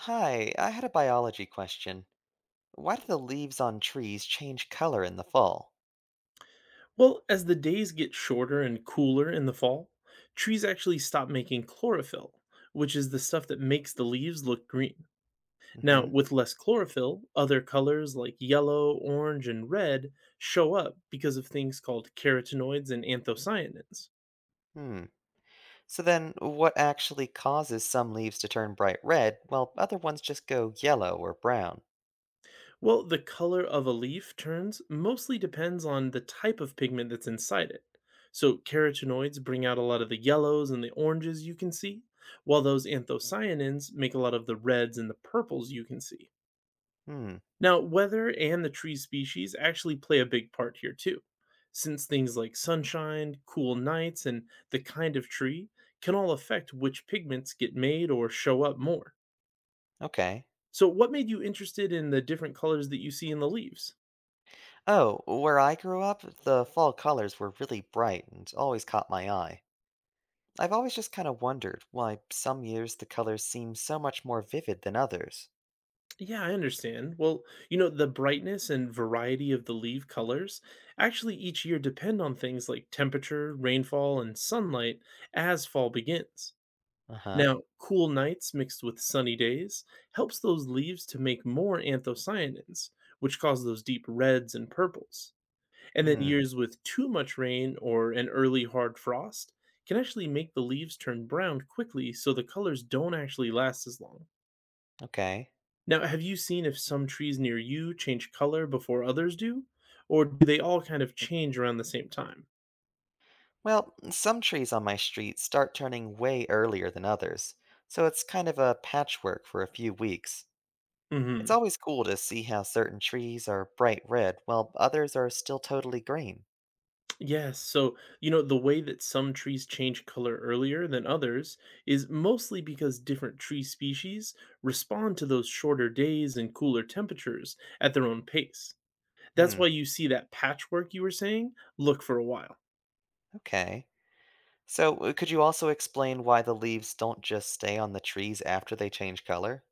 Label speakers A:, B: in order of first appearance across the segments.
A: Hi, I had a biology question. Why do the leaves on trees change color in the fall?
B: Well, as the days get shorter and cooler in the fall, trees actually stop making chlorophyll, which is the stuff that makes the leaves look green. Now,
A: Mm-hmm.
B: with less chlorophyll, other colors like yellow, orange, and red show up because of things called carotenoids and anthocyanins.
A: Hmm. So then, what actually causes some leaves to turn bright red while other ones just go yellow or brown?
B: Well, the color of a leaf turns mostly depends on the type of pigment that's inside it. So, carotenoids bring out a lot of the yellows and the oranges you can see, while those anthocyanins make a lot of the reds and the purples you can see.
A: Hmm.
B: Now, weather and the tree species actually play a big part here too, since things like sunshine, cool nights, and the kind of tree can all affect which pigments get made or show up more.
A: Okay.
B: So, what made you interested in the different colors that you see in the leaves?
A: Oh, where I grew up, the fall colors were really bright and always caught my eye. I've always just kind of wondered why some years the colors seem so much more vivid than others.
B: Yeah, I understand. Well, the brightness and variety of the leaf colors actually each year depend on things like temperature, rainfall, and sunlight as fall begins.
A: Uh-huh.
B: Now, cool nights mixed with sunny days helps those leaves to make more anthocyanins, which cause those deep reds and purples. And then
A: Hmm.
B: years with too much rain or an early hard frost can actually make the leaves turn brown quickly so the colors don't actually last as long.
A: Okay.
B: Now, have you seen if some trees near you change color before others do? Or do they all kind of change around the same time?
A: Well, some trees on my street start turning way earlier than others, so it's kind of a patchwork for a few weeks. It's
B: Hmm.
A: always cool to see how certain trees are bright red while others are still totally green.
B: Yes. So, the way that some trees change color earlier than others is mostly because different tree species respond to those shorter days and cooler temperatures at their own pace. That's
A: Hmm,
B: why you see that patchwork you were saying look for a while.
A: okay. So, could you also explain why the leaves don't just stay on the trees after they change color?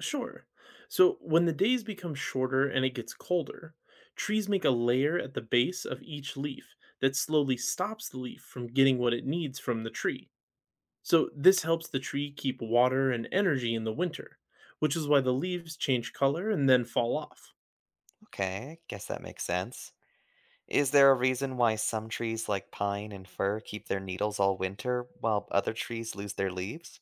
B: Sure. So when the days become shorter and it gets colder, trees make a layer at the base of each leaf that slowly stops the leaf from getting what it needs from the tree. So this helps the tree keep water and energy in the winter, which is why the leaves change color and then fall off.
A: Okay, I guess that makes sense. Is there a reason why some trees like pine and fir keep their needles all winter while other trees lose their leaves?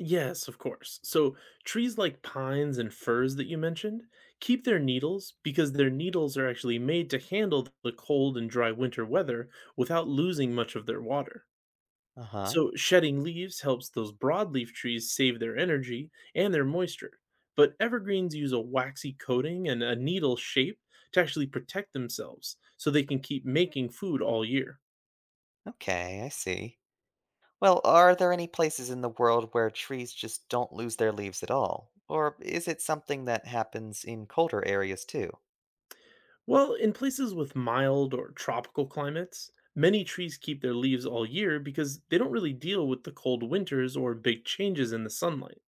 B: Yes, of course. So trees like pines and firs that you mentioned keep their needles because their needles are actually made to handle the cold and dry winter weather without losing much of their water.
A: Uh huh.
B: So, shedding leaves helps those broadleaf trees save their energy and their moisture, but evergreens use a waxy coating and a needle shape to actually protect themselves so they can keep making food all year.
A: Okay, I see. Well, are there any places in the world where trees just don't lose their leaves at all? Or is it something that happens in colder areas too?
B: Well, in places with mild or tropical climates, many trees keep their leaves all year because they don't really deal with the cold winters or big changes in the sunlight.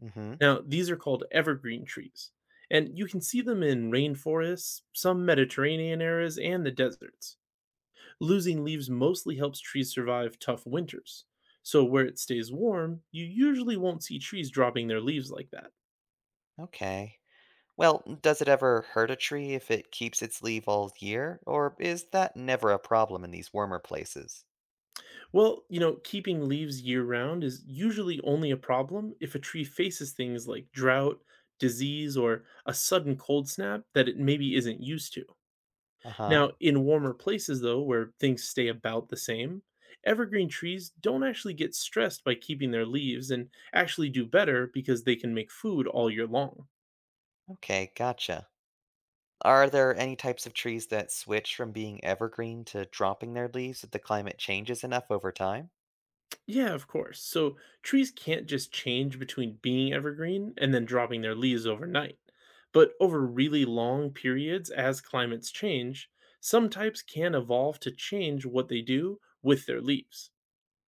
A: Hmm.
B: Now, these are called evergreen trees, and you can see them in rainforests, some Mediterranean areas, and the deserts. Losing leaves mostly helps trees survive tough winters. So, where it stays warm, you usually won't see trees dropping their leaves like that.
A: Okay. Well, does it ever hurt a tree if it keeps its leaf all year? Or is that never a problem in these warmer places?
B: Well, keeping leaves year round is usually only a problem if a tree faces things like drought, disease, or a sudden cold snap that it maybe isn't used to.
A: Uh huh.
B: Now, in warmer places, though, where things stay about the same, evergreen trees don't actually get stressed by keeping their leaves and actually do better because they can make food all year long.
A: Okay, gotcha. Are there any types of trees that switch from being evergreen to dropping their leaves if the climate changes enough over time?
B: Yeah, of course. So trees can't just change between being evergreen and then dropping their leaves overnight. But over really long periods, as climates change, some types can evolve to change what they do with their leaves.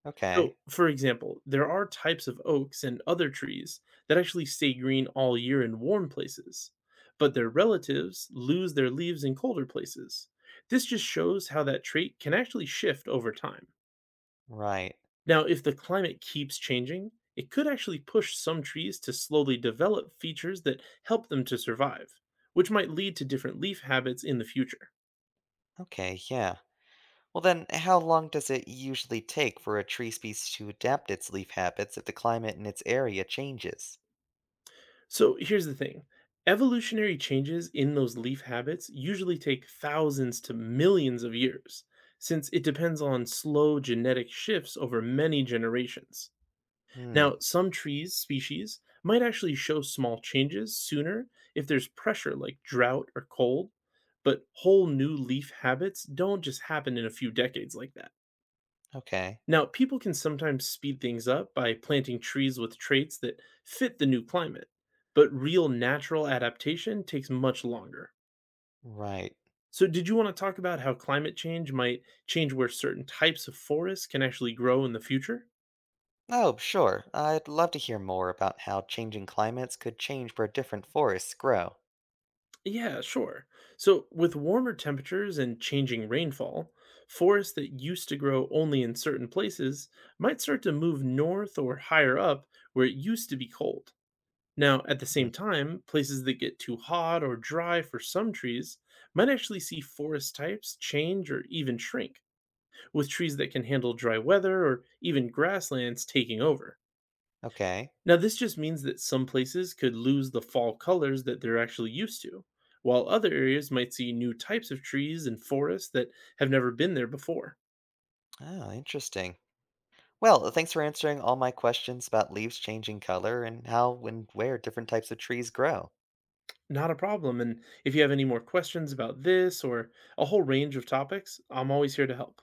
A: Okay.
B: So, for example, there are types of oaks and other trees that actually stay green all year in warm places, but their relatives lose their leaves in colder places. This just shows how that trait can actually shift over time.
A: Right.
B: Now, if the climate keeps changing, it could actually push some trees to slowly develop features that help them to survive, which might lead to different leaf habits in the future.
A: Okay, yeah. Well, then, how long does it usually take for a tree species to adapt its leaf habits if the climate in its area changes?
B: So here's the thing, evolutionary changes in those leaf habits usually take thousands to millions of years, since it depends on slow genetic shifts over many generations.
A: Hmm,
B: Now, some trees species might actually show small changes sooner if there's pressure like drought or cold, but whole new leaf habits don't just happen in a few decades like that.
A: okay,
B: Now, people can sometimes speed things up by planting trees with traits that fit the new climate, but real natural adaptation takes much longer.
A: right.
B: So, did you want to talk about how climate change might change where certain types of forests can actually grow in the future?
A: Oh, sure, I'd love to hear more about how changing climates could change where different forests grow.
B: Yeah, sure. So, with warmer temperatures and changing rainfall, forests that used to grow only in certain places might start to move north or higher up where it used to be cold. Now, at the
A: Hmm,
B: same time, places that get too hot or dry for some trees might actually see forest types change or even shrink, with trees that can handle dry weather or even grasslands taking over.
A: okay.
B: Now, this just means that some places could lose the fall colors that they're actually used to, while other areas might see new types of trees and forests that have never been there before.
A: Oh, interesting. Well, thanks for answering all my questions about leaves changing color and how and where different types of trees grow.
B: Not a problem. And if you have any more questions about this or a whole range of topics, I'm always here to help.